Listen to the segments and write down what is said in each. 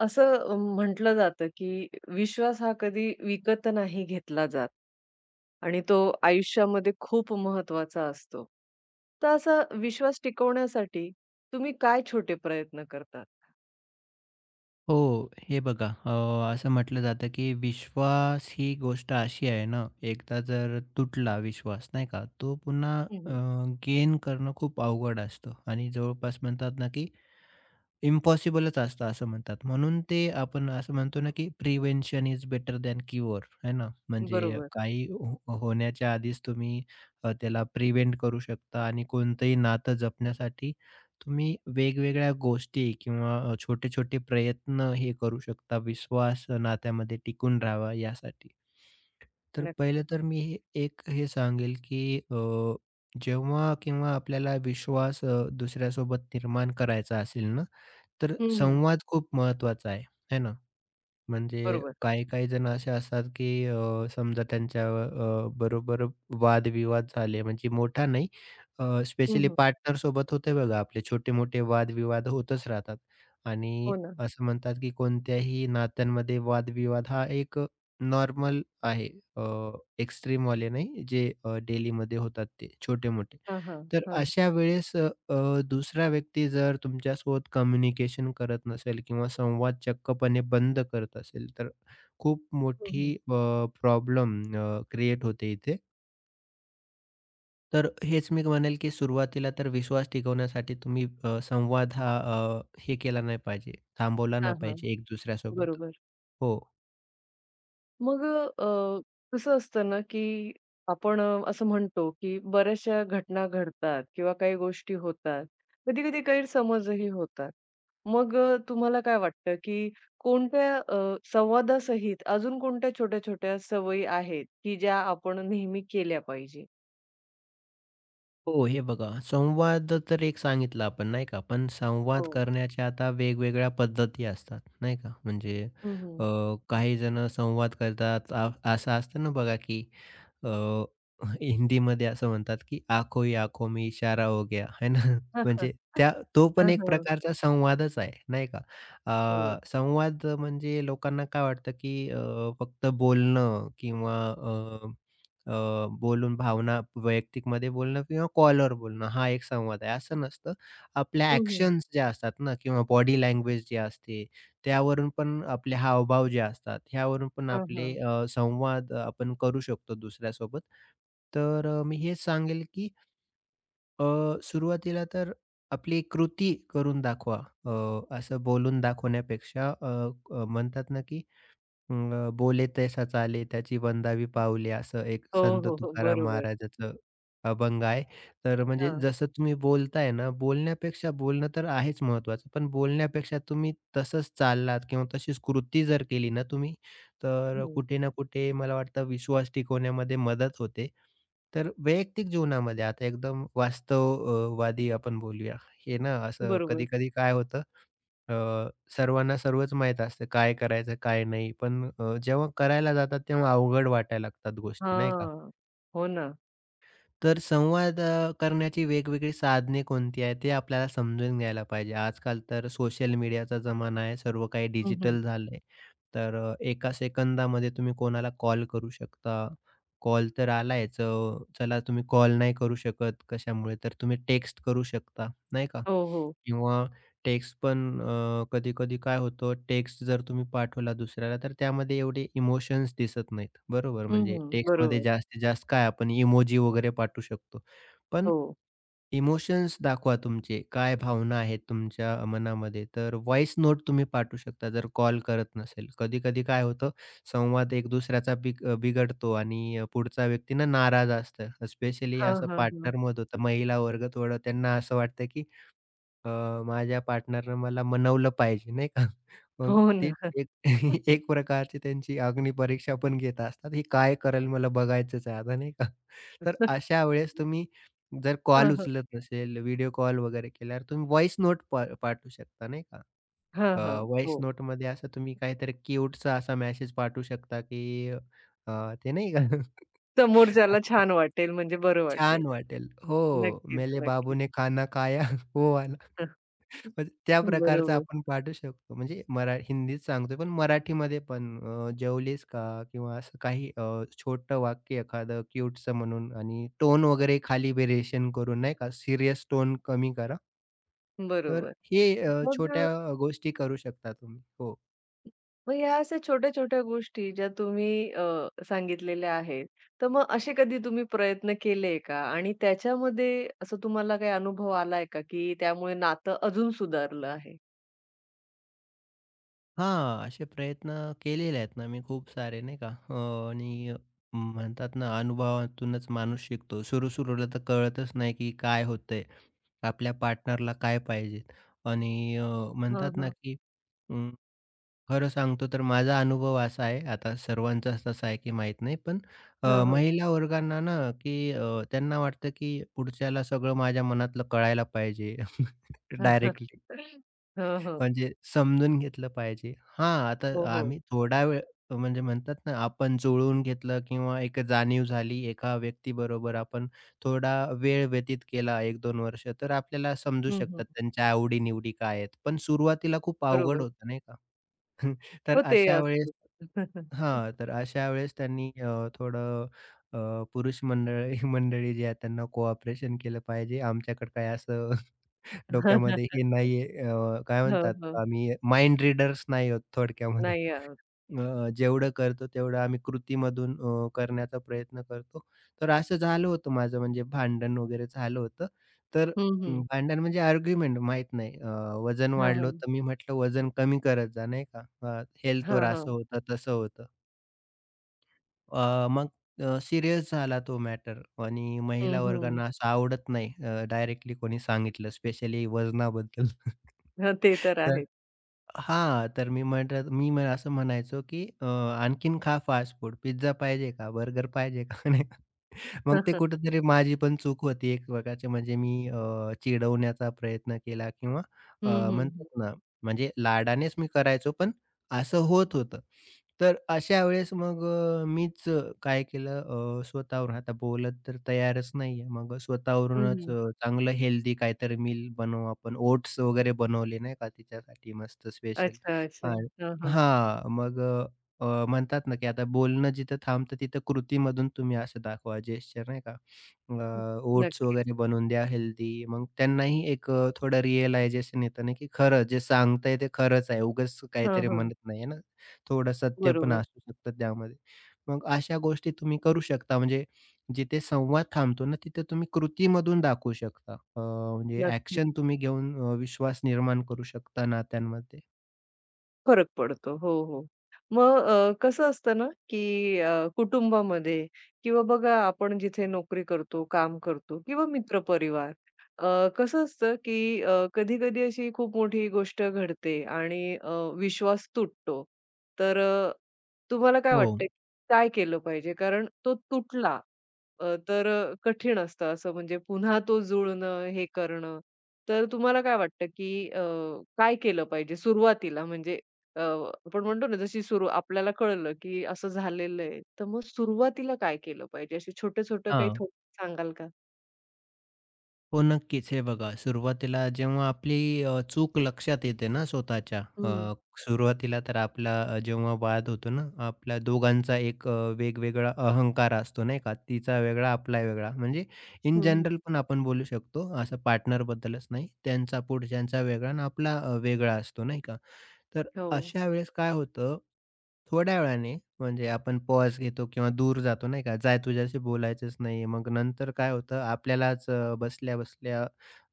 असं म्हटलं जातं, की विश्वास हा कधी विकत नाही घेतला जात आणि तो आयुष्यामध्ये खूप महत्त्वाचा असतो. तर असा विश्वास टिकवण्यासाठी तुम्ही काय छोटे प्रयत्न करतात? हो, हे बघा असं म्हटलं जातं, की विश्वास ही गोष्ट अशी आहे ना, एकदा जर तुटला विश्वास नाही का, तो पुन्हा हं, हं. गेन करणं खूप अवघड असतं आणि जवळपास म्हणतात ना, की इम्पॉसिबलच असतं असं म्हणतात. म्हणून ते आपण असं म्हणतो ना, की prevention is better than cure है ना. म्हणजे बरोबर. काही हो होण्याच्या आधीच तुम्ही त्याला प्रिव्हेंट करू शकता आणि कोणतंही नातं जपण्यासाठी तुम्ही वेगवेगळ्या गोष्टी किंवा छोटे-छोटे प्रयत्न हे करू शकता. विश्वास नात्यामध्ये टिकून राहावा यासाठी. तर नक्की. पहिलं तर मी हे एक हे सांगेल, की जेव्हा किंवा आपल्याला विश्वास दुसऱ्यासोबत निर्माण करायचा असेल ना, तर हं, हं. संवाद खूप महत्त्वाचा आहे, है ना? म्हणजे बरोबर. काही-काही जण असे असतात, की समजा त्यांच्या बरोबर वादविवाद झाले म्हणजे मोठा नाही अ, हं, हं. पार्टनर सोबत होते बघा आपले छोटे-मोठे वादविवाद होतच राहतात हो आणि ना. असं म्हणतात, की कोणत्याही नात्यांमध्ये वादविवाद हा एक नॉर्मल आहे. अ, एक्स्ट्रीमवाले नाही जे डेलीमध्ये होतात ते छोटे-मोठे. हां, हां. तर हां. अशा वेळेस अ, अ, दुसरा व्यक्ती जर तुमच्यासोबत कम्युनिकेशन करत नसेल किंवा संवाद चक्कपणे बंद करत असेल, तर खूप हं, मोठी हं. प्रॉब्लेम क्रिएट होते इथे. तर हेच मी म्हणेल, की सुरुवातीला तर विश्वास टिकवण्यासाठी तुम्ही संवाद हा हे केला नाही पाहिजे, थांबवला हां, नाही हां. पाहिजे एक दुसऱ्यासोबत. बरोबर. हो. मग अ, अ, कसं असतं ना, की आपण असं म्हणतो, की बऱ्याचशा घटना घडतात किंवा काही गोष्टी होतात. कधी-कधी गैरसमजही होतात. मग तुम्हाला काय वाटतं, की कोणत्या संवादासहित अजून कोणत्या छोट्या-छोट्या सवयी आहेत, की ज्या आपण नेहमी केल्या पाहिजे? हो, हे बघा संवाद तर एक सांगितला आपण नाही का? पण संवाद हो. करण्याच्या आता वेगवेगळ्या पद्धती असतात नाही का? म्हणजे हं, अ, हं. काही जण संवाद करतात असं असतं ना बघा की अ, हिंदीमध्ये असं म्हणतात की आखो ही आँखों में इशारा हो गया है ना? हां, म्हणजे हां. त्या तो पण एक हां, प्रकारचा संवादच आहे नाही का? हो. संवाद म्हणजे लोकांना काय वाटतं की फक्त बोलणं किंवा अ, बोलून भावना वैयक्तिकमध्ये बोलणं किंवा कॉलवर बोलणं हा एक संवाद आहे. असं नसतं. आपल्या हं, हं. ॲक्शन्स ज्या असतात ना किंवा बॉडी लँग्वेज जी असते, त्यावरून पण आपले हावभाव जे असतात, ह्यावरून पण आपले हां, संवाद आपण करू शकतो दुसऱ्यासोबत. तर मी हेच सांगेल की अ, सुरुवातीला तर आपली कृती करून दाखवा. असं बोलून दाखवण्यापेक्षा अ, अ, म्हणतात ना की बोले तैसा चाले त्याची वंदावी पाऊले असं एक हो, संत हो, हो. तुकाराम बरोबर. महाराजाचं अभंग आहे. तर म्हणजे हां. जसं तुम्ही बोलताय ना, बोलण्यापेक्षा बोलणं तर आहेच महत्त्वाचं, पण बोलण्यापेक्षा तुम्ही तसंच चाललात किंवा तशीच कृती जर केली ना तुम्ही, तर हं. कुठे ना कुठे मला वाटतं विश्वास टिकवण्यामध्ये मदत होते. तर वैयक्तिक जीवनामध्ये आता एकदम वास्तव आपण बोलूया. हे ना असं बरोबर. कधी-कधी काय होतं अ, सर्वांना सर्वच माहीत असतं काय करायचं, काय नाही. पण जेव्हा करायला जातात तेव्हा अवघड वाटायला लागतात गोष्टी नाही का? हां. हो ना. तर संवाद करण्याची वेगवेगळी साधने कोणती आहेत ते आपल्याला समजून घ्यायला पाहिजे. आजकाल तर सोशल मीडियाचा जमाना आहे. सर्व काही हं, डिजिटल झालंय. तर एका सेकंदामध्ये तुम्ही कोणाला कॉल करू शकता. कॉल तर आलायच. चला तुम्ही कॉल नाही करू शकत कशामुळे, तर तुम्ही टेक्स्ट करू शकता नाही का? हो, हो. किंवा टेक्स्ट पण कधी-कधी काय होतं, टेक्स्ट जर तुम्ही पाठवला दुसऱ्याला, तर त्यामध्ये एवढे इमोशन्स दिसत नाहीत. बरोबर, हं, म्हणजे हं. टेक्स्टमध्ये बरोबर. जास्तीत जास्त काय आपण इमोजी वगैरे पाठवू शकतो. पण हो. इमोशन्स दाखवा तुमचे, काय भावना आहेत तुमच्या मनामध्ये, तर व्हॉईस नोट तुम्ही पाठवू शकता जर कॉल करत नसेल. कधी-कधी काय होतं, संवाद एक दुसऱ्याचा बिग बिघडतो आणि पुढचा व्यक्ती ना नाराज असतं. स्पेशली हां, असं हां, हां. पार्टनरमध्ये होतं, महिला वर्ग थोडं त्यांना असं वाटतं की अ, माझ्या पार्टनरनं मला मनवलं पाहिजे नाही का. मग हो ते ना. एक एक प्रकारची त्यांची अग्निपरीक्षा पण घेत असतात. हे काय करेल मला बघायचंच आहे आता नाही का. तर अशा वेळेस तुम्ही जर हां, कॉल हां. उचलत नसेल, व्हिडिओ कॉल वगैरे केल्यावर तुम्ही व्हॉइस नोट पाठवू शकता नाही का. हां, हां. नोट हो. नोटमध्ये असं तुम्ही काहीतरी क्यूटचा असा मेसेज पाठवू शकता, की ते नाही का समोरच्याला असं. छान वाटेल म्हणजे बरं वाटेल. छान वाटेल. हो, नक्कीच, मेले नक्कीच. बाबूने खाना खाया हो वाला. म्हणजे त्या प्रकारचं बरोबर, आपण पाठवू शकतो. म्हणजे मरा हिंदीत सांगतोय, पण मराठीमध्ये पण "जेवलीस का?" किंवा असं काही छोटं वाक्य एखादं क्यूटचं म्हणून आणि टोन वगैरे खाली व्हेरिएशन करून नाही का, सीरियस टोन कमी करा. तर बरोबर. हे मग अ, छोट्या गोष्टी करू शकता तुम्ही. हो. मग ह्या अशा छोट्या-छोट्या गोष्टी ज्या तुम्ही सांगितलेल्या आहेत, तर मग असे कधी तुम्ही प्रयत्न केले का? आणि त्याच्यामध्ये असं तुम्हाला काही अनुभव आलाय का, की त्यामुळे नातं अजून सुधारलं आहे? हां, असे प्रयत्न केलेले आहेत ना मी खूप सारे नाही का. आणि म्हणतात ना अनुभवातूनच माणूस शिकतो. सुरू-सुरूला तर कळतच नाही की काय होतंय, आपल्या पार्टनरला काय पाहिजे आणि हां, म्हणतात ना हां. की खरं सांगतो तर माझा अनुभव असा आहे, आता सर्वांचाच तसा आहे की माहीत नाही. पण हां, हां. महिला वर्गांना ना, की त्यांना वाटतं की पुढच्याला सगळं माझ्या मनातलं कळायला पाहिजे हां, हां. डायरेक्टली. हं, हं. म्हणजे समजून घेतलं पाहिजे. हां, आता हो, हो. आम्ही थोडा वेळ म्हणजे म्हणतात ना, आपण जुळवून घेतलं किंवा एक जाणीव झाली एका व्यक्तीबरोबर आपण थोडा वेळ व्यतीत केला 1-2 वर्ष, तर आपल्याला समजू हं, हं. शकतात त्यांच्या आवडी-निवडी काय आहेत. पण सुरुवातीला खूप अवघड बरोबर. होतं नाही का? तर हो, ते अशा असतं. वेळेस हां, तर अशा वेळेस त्यांनी थोडं अ, पुरुष मंडळी मंडळी जी आहेत त्यांना कोऑपरेशन केलं पाहिजे. आमच्याकडे काय असं डोक्यामध्ये हे नाहीये काय हं, म्हणतात हं. आम्ही माइंड रीडर्स नाही आहोत थोडक्यामध्ये. नाही जेवढं करतो तेवढं आम्ही कृतीमधून करण्याचा प्रयत्न करतो. तर असं झालं होतं माझं म्हणजे भांडण वगैरे झालं होतं. तर हं, अं, हं. भांडण म्हणजे आर्ग्युमेंट माहीत नाही. वजन हां, वाढलं हां. होतं. मी म्हटलं वजन कमी करत जा नाही का. हेल्थवर हां, असं हां. होतं, तसं होतं. मग सीरियस झाला तो मॅटर आणि हं, महिला हं. वर्गांना असं आवडत नाही डायरेक्टली कोणी सांगितलं स्पेशली वजनाबद्दल. हं, ते तर तर आहेत. हां, तर मी असं म्हणायचो, की "आणखीन खा फास्ट फूड. पिझ्झा पाहिजे का? बर्गर पाहिजे का?" नाही का. मग ते कुठेतरी माझी पण चूक होती एक प्रकारची म्हणजे मी चिडवण्याचा प्रयत्न केला किंवा हं, हं, हं. म्हणतात ना म्हणजे लाडानेच मी करायचो पण असं होत होतं. तर अशा वेळेस मग मीच काय केलं स्वतःवर आता बोलत तर तयारच नाहीये. मग हं, स्वतःवरूनच हं. चांगलं हेल्दी काहीतरी मील बनवू आपण. ओट्स वगैरे बनवले नाही का तिच्यासाठी मस्त स्पेशल अच्छा, अच्छा. आणि हां, हां. हां, मग अ, अ, म्हणतात ना, की आता बोलणं जिथं थांबतं तिथं कृतीमधून तुम्ही असं दाखवा जेस्चर नाही का. ओट्स नक्कीच. वगैरे बनवून द्या हेल्दी. मग त्यांनाही एक थोडं रिअलायझेशन येतं ना, की खरं जे सांगताय ते खरंच आहे. उगाच हां, काहीतरी हां. म्हणत नाही ना. थोडं सत्य पण बरोबर. असू शकतं त्यामध्ये. मग अशा गोष्टी तुम्ही करू शकता म्हणजे जिथे संवाद थांबतो ना, तिथे तुम्ही कृतीमधून दाखवू शकता. म्हणजे नक्की. ॲक्शन तुम्ही घेऊन विश्वास निर्माण करू शकता नात्यांमध्ये. फरक पडतो. हो, हो. मग कसं असतं ना, की कुटुंबामध्ये किंवा बघा आपण जिथे नोकरी करतो, काम करतो किंवा मित्रपरिवार कसं असतं, की कधी-कधी अशी खूप मोठी गोष्ट घडते आणि विश्वास तुटतो. तर तुम्हाला काय हो. वाटतं, काय केलं पाहिजे? कारण तो तुटला. कठीण असतं असं म्हणजे पुन्हा तो जुळणं, हे करणं. तर तुम्हाला काय वाटतं, की काय केलं पाहिजे सुरुवातीला म्हणजे आपण म्हणतो ना जशी सुरू आपल्याला कळलं, की असं झालेलं आहे. तर मग सुरुवातीला काय केलं पाहिजे? असे छोटं-छोटं काही हां. थोडक्यात सांगाल का? हो, नक्कीच. हे बघा, सुरुवातीला जेव्हा आपली चूक लक्षात येते ना स्वतःच्या, हं. सुरुवातीला तर आपला जेव्हा वाद होतो ना, आपल्या दोघांचा एक वेगवेगळा अहंकार असतो नाही का? तिचा वेगळा, आपला वेगळा. म्हणजे इन हं, हं. जनरल पण आपण बोलू शकतो, असं पार्टनरबद्दलच नाही. त्यांचा, पुढच्यांचा वेगळा आणि आपला वेगळा असतो नाही का? तर हो. अशा वेळेस काय होतं थोड्या वेळाने म्हणजे आपण पॉज घेतो किंवा दूर जातो नाही का, "जाय तुझ्याशी बोलायचंच नाही." मग नंतर काय होतं आपल्यालाच बसल्या-बसल्या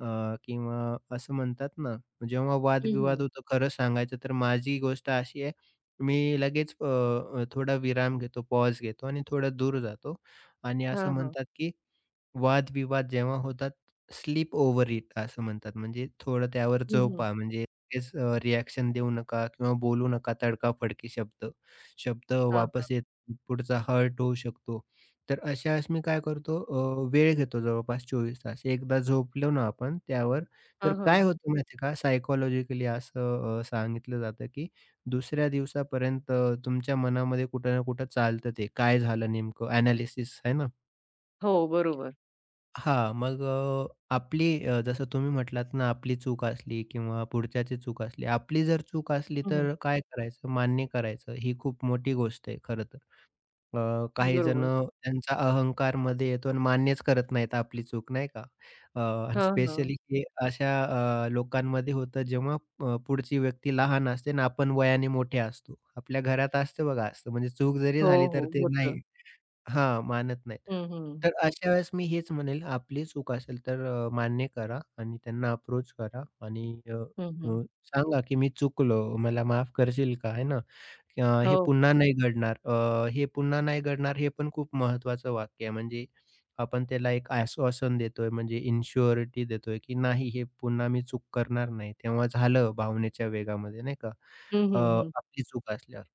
अ, किंवा असं म्हणतात ना, जेव्हा हं, वादविवाद हं. होतो खरं सांगायचं तर माझी गोष्ट अशी आहे, मी लगेच अ, अ, थोडा विराम घेतो, पॉज घेतो आणि थोडं दूर जातो आणि असं हां, हां. म्हणतात की वादविवाद जेव्हा होतात, स्लीप ओव्हर इट असं म्हणतात. म्हणजे थोडं त्यावर हं, हं. झोपा. म्हणजे लगेच देऊ नका किंवा बोलू नका तडकाफडकी शब्द. शब्द हां, हां. वापस येत पुढचा हर्ट होऊ शकतो. तर अशा वेळेस मी काय करतो वेळ घेतो जवळपास 24 तास. एकदा झोपलो ना आपण त्यावर, तर हां, काय हां. होतं माहिती का सायकॉलॉजिकली असं सांगितलं जातं, की दुसऱ्या दिवसापर्यंत तुमच्या मनामध्ये कुठं ना कुठं चालतं ते. काय झालं नेमकं? एनालिसिस आहे ना? हो, बरोबर. हां, मग आपली जसं तुम्ही म्हटलात ना, आपली चूक असली किंवा पुढच्याची चूक असली. आपली जर चूक असली हं, तर काय करायचं? मान्य करायचं. ही खूप मोठी गोष्ट आहे खरं तर. काही बरोबर. जणं त्यांचा अहंकारमध्ये येतो आणि मान्यच करत नाहीत आपली चूक नाही का? आणि हां, हां. स्पेशली हे अशा लोकांमध्ये होतं जेव्हा पुढची व्यक्ती लहान असते आणि आपण वयाने मोठे असतो. आपल्या घरात असते बघा असं म्हणजे चूक जरी हो, झाली तर हो. ते होतं. नाही हां, मानत नाहीत. हं, हं. तर अशा वेळेस मी हेच म्हणेल, आपली चूक असेल तर मान्य करा आणि त्यांना अप्रोच करा आणि अ, हं, अ, सांगा, की "मी चुकलो, मला माफ करशील का?" आहे ना? "हे हो. पुन्हा नाही घडणार." हे पुन्हा नाही घडणार हे पण खूप महत्त्वाचं वाक्य आहे. म्हणजे आपण त्याला एक आश्वासन देतोय, म्हणजे इन्शुअरिटी देतोय, की "नाही, हे पुन्हा मी चूक करणार नाही." तेव्हा झालं भावनेच्या वेगामध्ये, नाही का? हं, अ, हं, हं. आपली चूक असल्यावर.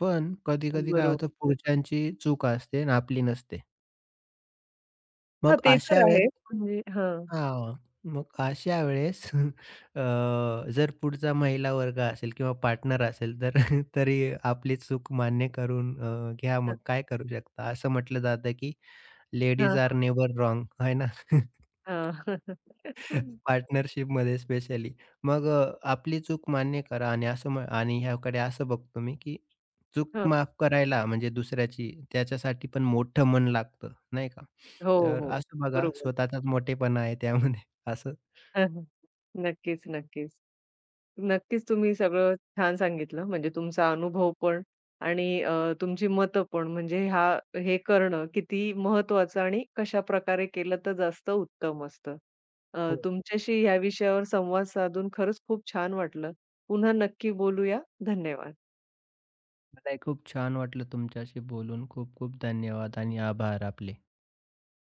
पण कधी-कधी काय बरोबर. होतं पुढच्यांची चूक असते आणि आपली नसते. हां, मग ते अशा तर वेळेस आहे. म्हणजे हां. हां, मग अशा वेळेस अ, जर पुढचा महिला वर्ग असेल किंवा पार्टनर असेल तर तरी आपली चूक मान्य करून घ्या हां, मग काय करू शकता? असं म्हटलं जातं की हां, लेडीज हां. आर नेवर रॉंग आहे ना? पार्टनरशिपमध्ये स्पेशली. मग आपली चूक मान्य करा आणि असं म्ह आणि ह्याकडे असं बघतो मी, की चूक हां. माफ करायला म्हणजे दुसऱ्याची त्याच्यासाठी पण मोठं मन लागतं, नाही का? हो, तर हो. असं बघा बरोबर. स्वतःचाच मोठेपणा आहे त्यामध्ये असं. नक्कीच, नक्कीच. नक्कीच तुम्ही सगळं छान सांगितलं. म्हणजे तुमचा अनुभव पण आणि तुमची मतं पण म्हणजे हा हे करणं किती महत्त्वाचं आणि कशाप्रकारे केलं तर जास्त उत्तम असतं. हो, तुमच्याशी या विषयावर संवाद साधून खरंच खूप छान वाटलं. पुन्हा नक्की बोलूया. धन्यवाद. मलाही खूप छान वाटलं तुमच्याशी बोलून. खूप खूप धन्यवाद आणि आभार आपले.